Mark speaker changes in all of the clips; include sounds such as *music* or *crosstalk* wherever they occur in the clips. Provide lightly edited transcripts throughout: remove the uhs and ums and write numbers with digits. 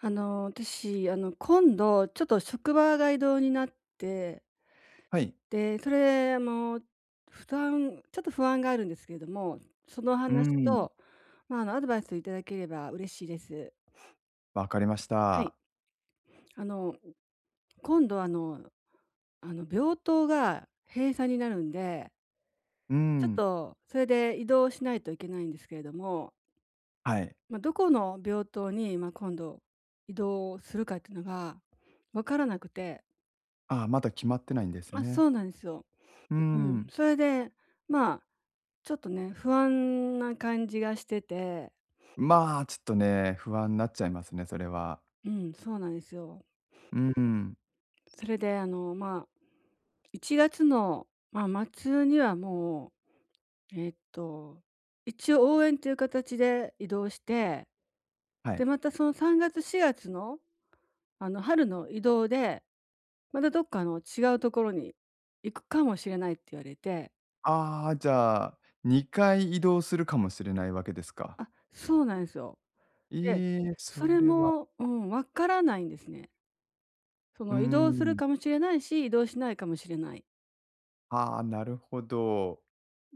Speaker 1: 私、今度、ちょっと職場が異動になって、
Speaker 2: はい。
Speaker 1: で、それ、負担ちょっと不安があるんですけれども、その
Speaker 2: うー
Speaker 1: 話
Speaker 2: ん、
Speaker 1: と、まあ、アドバイスをいただければ嬉しいです。
Speaker 2: わかりまし
Speaker 1: はい。
Speaker 2: た。
Speaker 1: あの、今度、病棟が閉鎖になるんで、
Speaker 2: うー
Speaker 1: ちょっ
Speaker 2: ん、
Speaker 1: と、それで移動しないといけないんですけれども、
Speaker 2: はい。
Speaker 1: まあ、どこの病棟に、まあ、今度、移動するかっていうのが分からなくて、
Speaker 2: ああ、まだ決まってないんです
Speaker 1: あ、そ
Speaker 2: ね。
Speaker 1: うなんですよ。
Speaker 2: うー
Speaker 1: うん、
Speaker 2: ん、
Speaker 1: それで、まあ、ちょっとね、不安な感じがしてて、
Speaker 2: まあ、ちょっとね、不安になっちゃいますね、それは。
Speaker 1: うん、そうなんですよ。
Speaker 2: うーん、
Speaker 1: それで、まあ、1月の、まあ、末にはもう、えっと、一応応援という形で移動して、
Speaker 2: は
Speaker 1: で、
Speaker 2: い。
Speaker 1: またその3月、4月の、春の移動で、またどっかの違うところに行くかもしれないって言われて、
Speaker 2: ああ、じゃあ、2回移動するかもしれないわけですか。
Speaker 1: あ、そうなんですよ。で、
Speaker 2: ええ、
Speaker 1: そ
Speaker 2: そ
Speaker 1: れ
Speaker 2: れは、
Speaker 1: も、うん、わからないんですね。そ
Speaker 2: うー
Speaker 1: の移動する
Speaker 2: ん、
Speaker 1: かもしれないし、移動しないかもしれない。
Speaker 2: ああ、なるほど。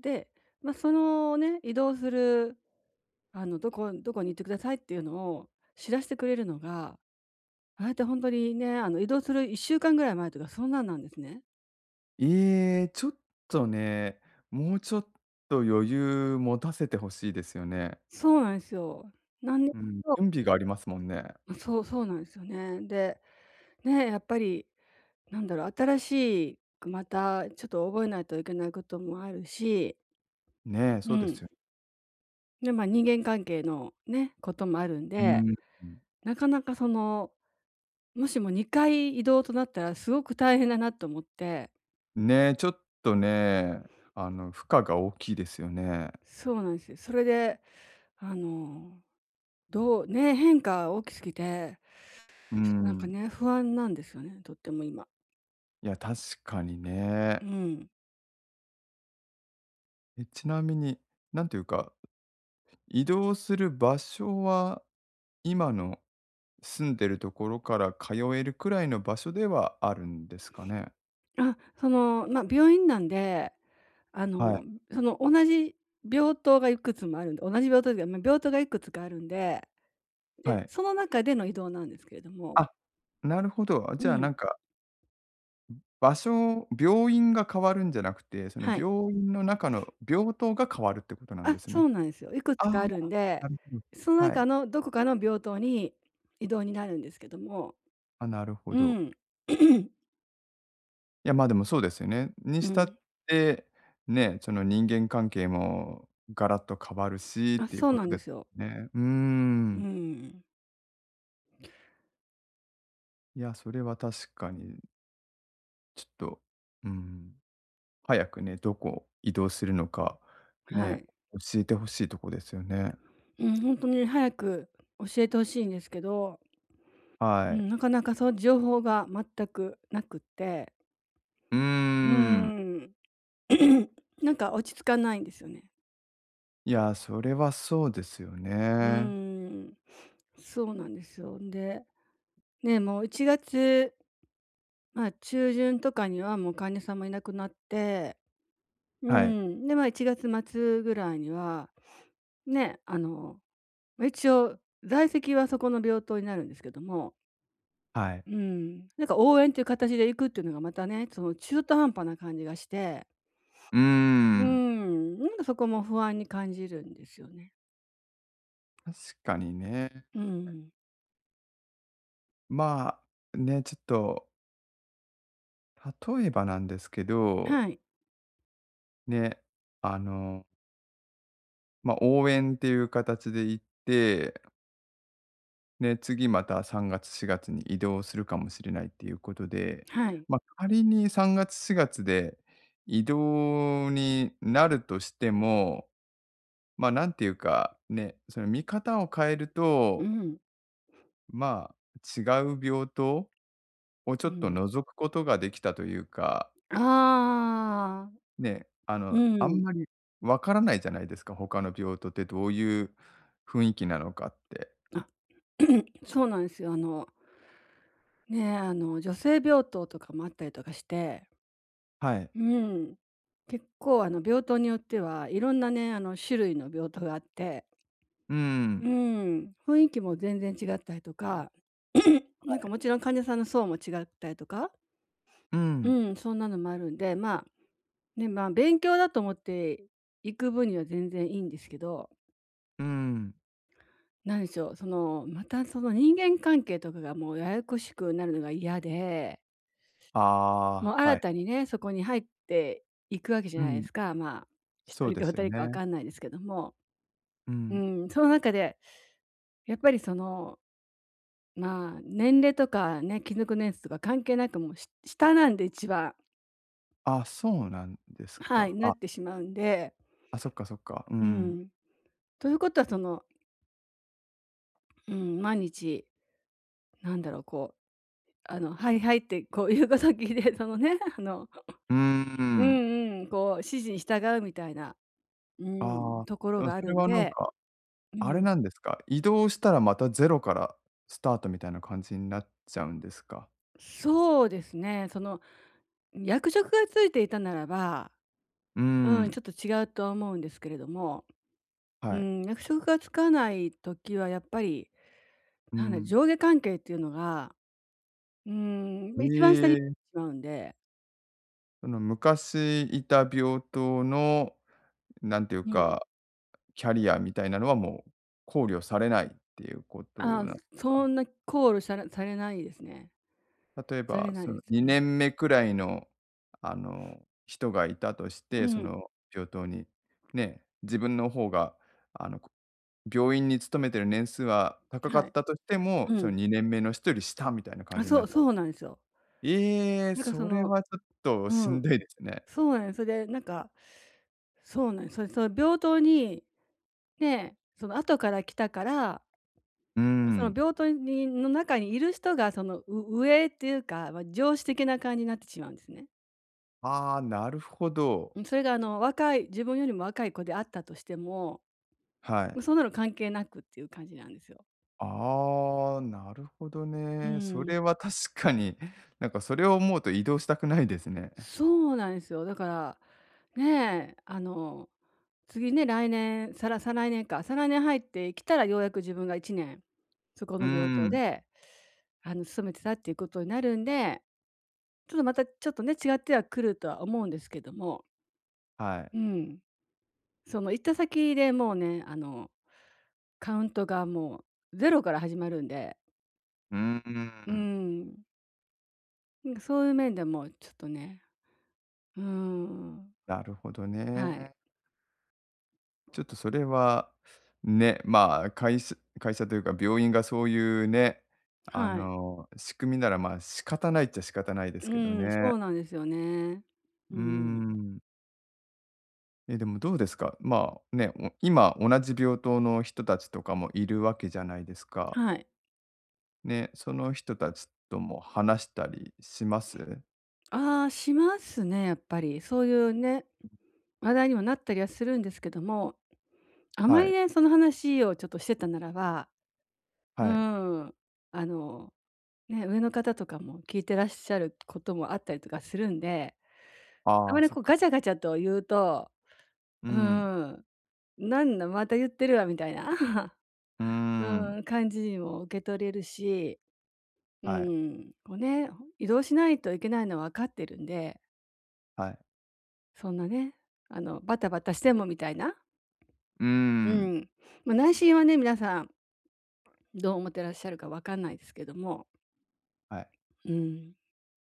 Speaker 1: で、まあ、そのね、移動する、どこどこに行ってくださいっていうのを知らしてくれるのが、あれって本当にね、移動する1週間ぐらい前とかそんなんなんですね。
Speaker 2: ええ、ちょっとね、もうちょっと余裕持たせてほしいですよね。
Speaker 1: そうなんですよ。なんで
Speaker 2: うん、
Speaker 1: そ
Speaker 2: 準備がありますもんね。
Speaker 1: う、そうそうなんですよね。で、ね、やっぱりなんだろう、新しいまたちょっと覚えないといけないこともあるし、
Speaker 2: ねえ、そ
Speaker 1: う
Speaker 2: うで
Speaker 1: ん。
Speaker 2: すよ。
Speaker 1: で、まあ、人間関係のね、こともあるん
Speaker 2: う
Speaker 1: で
Speaker 2: ーん。
Speaker 1: なかなかその、もしも2回移動となったらすごく大変だなと思って、
Speaker 2: ね、ちょっとね、負荷が大きいですよね。
Speaker 1: そうなんですよ。それで、あの、どうね、変化大きすぎて、
Speaker 2: う
Speaker 1: ちょっとなんか
Speaker 2: ん。
Speaker 1: ね、不安なんですよね、とっても今。
Speaker 2: いや、確かに
Speaker 1: う
Speaker 2: ね。
Speaker 1: ん。
Speaker 2: え、ちなみに、なんていうか、移動する場所は、今の住んでるところから通えるくらいの場所ではあるんですかね？
Speaker 1: あ、その、まあ、病院なんで、あ
Speaker 2: は
Speaker 1: の、
Speaker 2: い、
Speaker 1: その同じ病棟がいくつもあるんで同じ病棟っいうか、まあ、病棟がいくつかあるんで、
Speaker 2: は
Speaker 1: で、
Speaker 2: い。
Speaker 1: その中での移動なんですけれども、
Speaker 2: あ、なるほど。じ
Speaker 1: う
Speaker 2: ゃあ、な
Speaker 1: ん、
Speaker 2: んか、場所病院が変わるんじゃなくて、その
Speaker 1: はい。
Speaker 2: 病院の中の病棟が変わるってことなん
Speaker 1: あ、
Speaker 2: です
Speaker 1: そ
Speaker 2: ね。
Speaker 1: うなんですよ。いくつ
Speaker 2: ああ、
Speaker 1: かあるんで、
Speaker 2: なるほど。
Speaker 1: その
Speaker 2: はい。
Speaker 1: 中のどこかの病棟に異動になるんですけども。
Speaker 2: あ、なるほ
Speaker 1: う
Speaker 2: ど。
Speaker 1: ん。*coughs*
Speaker 2: いや、まあでもそうですよね。に
Speaker 1: う
Speaker 2: したっ
Speaker 1: ん。
Speaker 2: て、ね、その人間関係もガラッと変わるしっ
Speaker 1: あ、
Speaker 2: ていう
Speaker 1: そう
Speaker 2: こ
Speaker 1: な
Speaker 2: と
Speaker 1: んで
Speaker 2: です
Speaker 1: すよ。
Speaker 2: ね。うー
Speaker 1: う
Speaker 2: ん。
Speaker 1: ん。
Speaker 2: いや、それは確かにちょっと、うーん、早くね、どこ移動するのか、
Speaker 1: は
Speaker 2: ね、
Speaker 1: い。
Speaker 2: 教えてほしいとこですよね。
Speaker 1: うん、本当に早く教えてほしいんですけど、う
Speaker 2: はい。
Speaker 1: ん、なかなかそう情報が全くなくって、
Speaker 2: うー
Speaker 1: う
Speaker 2: ん。
Speaker 1: ん。*coughs* なんか落ち着かないんですよね。
Speaker 2: いや、それはそうですよ
Speaker 1: うー
Speaker 2: ね。
Speaker 1: ん。そうなんですよ。んで、ね、もう1月、まあ、中旬とかにはもう患者さんもいなくなって、う
Speaker 2: はい、
Speaker 1: ん、で、まあ、1月末ぐらいには、ね、ま、一応在籍はそこの病棟になるんですけども、
Speaker 2: はい。
Speaker 1: うん、なんか応援という形で行くっていうのがまたね、その中途半端な感じがして、
Speaker 2: うー
Speaker 1: う
Speaker 2: ん、
Speaker 1: ん、なんかそこも不安に感じるんですよね。
Speaker 2: 確かにね。
Speaker 1: うん。
Speaker 2: まあ、ね、ちょっと例えばなんですけど、
Speaker 1: はい、
Speaker 2: ね、あの、まあ、応援っていう形で行って、ね、次また3月、4月に移動するかもしれないっていうことで、
Speaker 1: はい。
Speaker 2: まあ、仮に3月、4月で移動になるとしても、まあ、なんていうか、ね、その見方を変える
Speaker 1: う
Speaker 2: と、
Speaker 1: ん、
Speaker 2: まあ、違う病棟をちょ
Speaker 1: う
Speaker 2: っと
Speaker 1: ん。
Speaker 2: 覗くことができたというか
Speaker 1: ああ、
Speaker 2: ね、
Speaker 1: う
Speaker 2: あん
Speaker 1: ん。
Speaker 2: まりわからないじゃないですか、他の病棟ってどういう雰囲気なのかって。
Speaker 1: あ、*clears throat* そうなんですよ。ね、女性病棟とかもあったりとかして、
Speaker 2: はい。
Speaker 1: うん。結構病棟によってはいろんなね、種類の病棟があって、
Speaker 2: う
Speaker 1: う
Speaker 2: ん、
Speaker 1: ん、雰囲気も全然違ったりとか *clears throat*、なんかもちろん患者さんの層も違ったりとか、
Speaker 2: うん、
Speaker 1: うん、そんなのもあるんで、まあ、ね、まあ、勉強だと思って行く分には全然いいんですけど、
Speaker 2: うん。
Speaker 1: なんでしょう、その、またその人間関係とかがもうややこしくなるのが嫌でもう
Speaker 2: ああ、は
Speaker 1: 新
Speaker 2: い。
Speaker 1: たにね、そこに入っていくわけじゃ
Speaker 2: う
Speaker 1: ないで
Speaker 2: ん、
Speaker 1: すか。まあ、一
Speaker 2: そう
Speaker 1: 人
Speaker 2: で
Speaker 1: か二
Speaker 2: すよ
Speaker 1: 人かわ
Speaker 2: ね。
Speaker 1: かんないですけども。
Speaker 2: う
Speaker 1: う
Speaker 2: ん。
Speaker 1: ん、その中で、やっぱりその、まあ、年齢とかね、勤続年数とか関係なく、もう、し下なんで一番、
Speaker 2: あ、そうなんです
Speaker 1: はい、
Speaker 2: か。
Speaker 1: なっ
Speaker 2: あ、
Speaker 1: てしまうんで、
Speaker 2: あ、そっかそっか。う
Speaker 1: う
Speaker 2: ん。
Speaker 1: ん。ということはその、うん、毎日、なんだろう、こう、はいはいって、こう、言うこと聞いて、そのね、*laughs*
Speaker 2: うー
Speaker 1: う
Speaker 2: ん。
Speaker 1: んうん、こう、指示に従うみたいな、うん、
Speaker 2: ああ、
Speaker 1: とこ
Speaker 2: で
Speaker 1: ろ
Speaker 2: も
Speaker 1: があ
Speaker 2: それ
Speaker 1: るん
Speaker 2: はなん
Speaker 1: で、
Speaker 2: か、
Speaker 1: う
Speaker 2: あれ
Speaker 1: ん。
Speaker 2: なんですか、移動したらまたゼロからスタートみたいな感じになっちゃうんですか？
Speaker 1: そうですね。その、役職がついていたならば、
Speaker 2: う
Speaker 1: うん、
Speaker 2: ん、
Speaker 1: ちょっと違うとは思うんですけれども、
Speaker 2: は
Speaker 1: う
Speaker 2: い。
Speaker 1: ん、役職がつかない時はやっぱり、
Speaker 2: う
Speaker 1: なんだ、
Speaker 2: ん。
Speaker 1: 上下関係っていうのが、うん、一番下に
Speaker 2: え
Speaker 1: 行っ
Speaker 2: え。
Speaker 1: てしまうんで、
Speaker 2: その昔いた病棟の、なんていう
Speaker 1: うん。
Speaker 2: か、キャリアみたいなのはもう考慮されないっていうこと
Speaker 1: あ、
Speaker 2: なんです
Speaker 1: そ
Speaker 2: か？
Speaker 1: んなコールされないですね。
Speaker 2: 例え
Speaker 1: され
Speaker 2: ば、
Speaker 1: ない
Speaker 2: そ
Speaker 1: で
Speaker 2: の
Speaker 1: す。うん。
Speaker 2: 2年目くらいの、人がいたとし
Speaker 1: う
Speaker 2: て、そ
Speaker 1: ん、
Speaker 2: の病棟に、ね、自分の方が、あの、病院に勤めてる年数は高か
Speaker 1: は
Speaker 2: っ
Speaker 1: い。
Speaker 2: たとしても、
Speaker 1: う
Speaker 2: その
Speaker 1: ん。
Speaker 2: 2年目の人より下みたいな感
Speaker 1: あ、
Speaker 2: じに
Speaker 1: そ
Speaker 2: な
Speaker 1: う
Speaker 2: っちゃ
Speaker 1: そ
Speaker 2: う。
Speaker 1: うなんですよ。
Speaker 2: ええ、
Speaker 1: なんかそ
Speaker 2: それ
Speaker 1: の、
Speaker 2: はちょっと
Speaker 1: う
Speaker 2: しん
Speaker 1: ん、
Speaker 2: どいですね。
Speaker 1: そうなんです。それでなんか、そうなんです。それ、その平等に、で、その後から来たから、
Speaker 2: うー
Speaker 1: その
Speaker 2: ん。
Speaker 1: 病棟にの中にいる人がその、上っていうか、まあ、上司的な感じになってしまうんですね。
Speaker 2: ああ、なるほど。
Speaker 1: うん、それがあの若い自分よりも若い子であったとしても、
Speaker 2: は
Speaker 1: も
Speaker 2: い。
Speaker 1: うそんなの関係なくっていう感じなんですよ。
Speaker 2: ああ、なるほど
Speaker 1: う
Speaker 2: ね。それ
Speaker 1: ん。
Speaker 2: は確かに、なんかそれを思うと移動したくないですね。
Speaker 1: そうなんですよ。だから、ねえ、次ね、来年、再来年か、再来年入ってきたらようやく自分が1年、そこ
Speaker 2: うー
Speaker 1: の病棟
Speaker 2: ん、
Speaker 1: で、あの勤めてたっていうことになるんで、ちょっとまたちょっとね、違ってはくるとは思うんですけども、
Speaker 2: はい。
Speaker 1: うん。その行った先でもうね、カウントがもうゼロから始まるんで、
Speaker 2: うー
Speaker 1: う
Speaker 2: ん、
Speaker 1: ん、なんかそういう面でもちょっとね、うーん、
Speaker 2: なるほど
Speaker 1: はい。
Speaker 2: ね。ちょっとそれは、ね、まあ、会社というか病院がそういうね、
Speaker 1: はい。
Speaker 2: 仕組みなら、まあ、仕方ないっちゃ仕方ないですけど
Speaker 1: うん、
Speaker 2: ね。
Speaker 1: そうなんですよね。う
Speaker 2: う
Speaker 1: ー
Speaker 2: ー
Speaker 1: ん。
Speaker 2: ん。え、でもどうですか？まあ、ね、今同じ病棟の人たちとかもいるわけじゃないですか。
Speaker 1: はい。
Speaker 2: ね、その人たちとも話したりします？
Speaker 1: ああ、しますね、やっぱり。そういうね、話題にもなったりはするんですけども、あ
Speaker 2: は
Speaker 1: まり
Speaker 2: い、
Speaker 1: ね、その話をちょっとしてたならば、う
Speaker 2: はい。
Speaker 1: ん、あのね、上の方とかも聞いてらっしゃることもあったりとかするんで、あ
Speaker 2: あ
Speaker 1: ま
Speaker 2: あ、
Speaker 1: り
Speaker 2: そ
Speaker 1: こ
Speaker 2: っ
Speaker 1: う
Speaker 2: か。
Speaker 1: ガチャガチャと言うと、
Speaker 2: う
Speaker 1: うー
Speaker 2: ん、
Speaker 1: ん、なんだまた言ってるわみたいな、
Speaker 2: うー
Speaker 1: *laughs* うー
Speaker 2: ん、
Speaker 1: ん、感じにも受け取れるし、う
Speaker 2: はい、
Speaker 1: ん、こうね、移動しないといけないのは分かってるんで、
Speaker 2: はい。
Speaker 1: そんなね、バタバタしてもみたいな、
Speaker 2: うー
Speaker 1: う
Speaker 2: ん、
Speaker 1: ん、まあ、内心はね、皆さんどう思ってらっしゃるか分かんないですけども、
Speaker 2: はい。
Speaker 1: うん、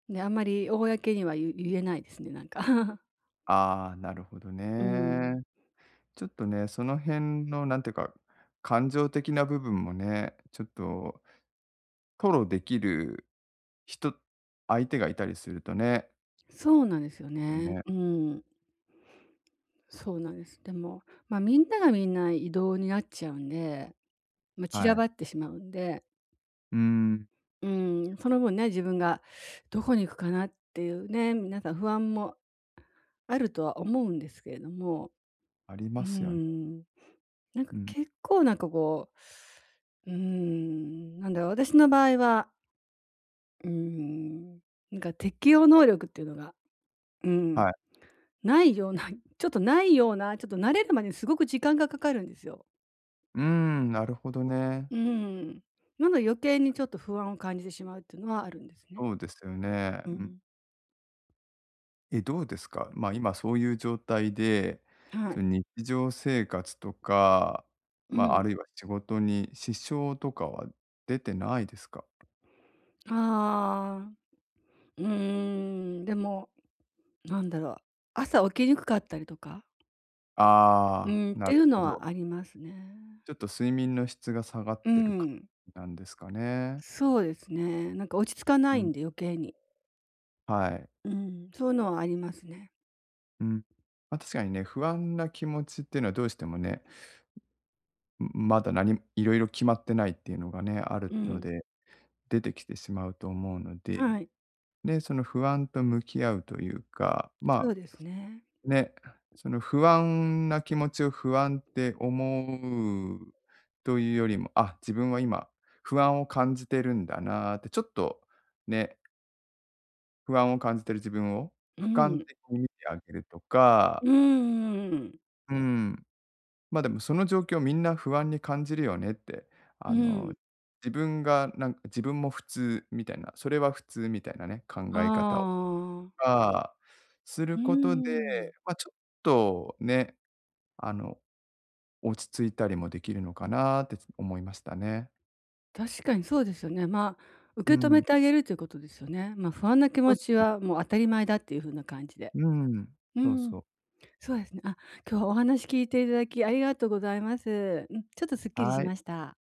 Speaker 1: であんまり公には言えないですね、なんか。
Speaker 2: ああ、なるほど
Speaker 1: *laughs* うん。
Speaker 2: ね。ちょっとね、その辺のなんていうか、感情的な部分もね、ちょっと吐露できる人相手がいたりするとね、
Speaker 1: そうなんですよ
Speaker 2: よ
Speaker 1: ね。
Speaker 2: ね、
Speaker 1: うん、そうなんです。でも、まあ、みんながみんな移動になっちゃうんで、まあ、散ら
Speaker 2: はい。
Speaker 1: ばってしまうんで、
Speaker 2: うん、
Speaker 1: うん、その分ね、自分がどこに行くかなっていうね、皆さん不安もあるとは思うんですけれども、
Speaker 2: あり
Speaker 1: うー
Speaker 2: ますよね。
Speaker 1: ん、なんか
Speaker 2: うん、
Speaker 1: 結構なんかこう、うーん、なんだろう、私の場合は、うーん、なんか適応能力っていうのが、うん、
Speaker 2: はい。
Speaker 1: ないような、*laughs* ちょっとないような、ちょっと慣れるまでにすごく時間がかかるんですよ。
Speaker 2: うん、なるほどね。
Speaker 1: うん。なので余計にちょっと不安を感じてしまうっていうのはあるんですね。
Speaker 2: そうですよね。
Speaker 1: う
Speaker 2: うん。
Speaker 1: ん。
Speaker 2: え、どうですか？まあ、今そういう状態で、
Speaker 1: は
Speaker 2: そ
Speaker 1: い。
Speaker 2: の日常生活とか、
Speaker 1: う
Speaker 2: まあ、あ
Speaker 1: ん。
Speaker 2: るいは仕事に支障とかは出てないですか？
Speaker 1: ああ、うーん、でも、なんだろう、朝起きにくかったりとか、う
Speaker 2: あ
Speaker 1: ん、っ
Speaker 2: あ、
Speaker 1: て
Speaker 2: な
Speaker 1: い
Speaker 2: る
Speaker 1: う
Speaker 2: ほ
Speaker 1: の
Speaker 2: ど。
Speaker 1: はありますね。
Speaker 2: ちょっと睡眠の質が下がっ
Speaker 1: う
Speaker 2: てるか
Speaker 1: ん。
Speaker 2: なんですかね。
Speaker 1: そうですね。なんか落ち着かな
Speaker 2: う
Speaker 1: い
Speaker 2: ん、
Speaker 1: んで余計に。
Speaker 2: はい。
Speaker 1: うん、そういうのはありますね。
Speaker 2: うん。まあ、確かにね、不安な気持ちっていうのはどうしてもね、まだ色々決まってないっていうのがね、ある
Speaker 1: う
Speaker 2: の
Speaker 1: ん。
Speaker 2: で、出てきてしまうと思うので
Speaker 1: はい、
Speaker 2: で、その不安と向き合うというか、
Speaker 1: そ
Speaker 2: まあ、
Speaker 1: うですね。
Speaker 2: ね、その不安な気持ちを不安って思うというよりも、あ、自分は今不安を感じてるんだなーって、ちょっとね、不安を感じてる自分を
Speaker 1: う
Speaker 2: 俯瞰
Speaker 1: ん。
Speaker 2: 的に見てあげるとか、
Speaker 1: うん。
Speaker 2: うん、ま、でもその状況みんな不安に感じるよねって、
Speaker 1: う
Speaker 2: あ
Speaker 1: ん。う
Speaker 2: の、
Speaker 1: ん、
Speaker 2: 自分がなんか自分も普通みたいな、それは普通みたいなね、考
Speaker 1: あ
Speaker 2: え方を
Speaker 1: あ。
Speaker 2: か、する
Speaker 1: うー
Speaker 2: ことで、
Speaker 1: ん。
Speaker 2: まあ、ちょっとね、あの、落ち着いたりもできるのかなって思いましたね。
Speaker 1: 確かにそうですよね。まあ、受
Speaker 2: う
Speaker 1: け止め
Speaker 2: ん。
Speaker 1: てあげるということですよね。まあ、不安な気持
Speaker 2: と
Speaker 1: ちはもう当たり前だっていう風な感じで。
Speaker 2: うん、
Speaker 1: う
Speaker 2: そうそ
Speaker 1: ん、
Speaker 2: う。
Speaker 1: そうですね。あ、今日はお話聞いていただきありがとうございます。うん、ちょっとすっきりし
Speaker 2: はい。
Speaker 1: ました。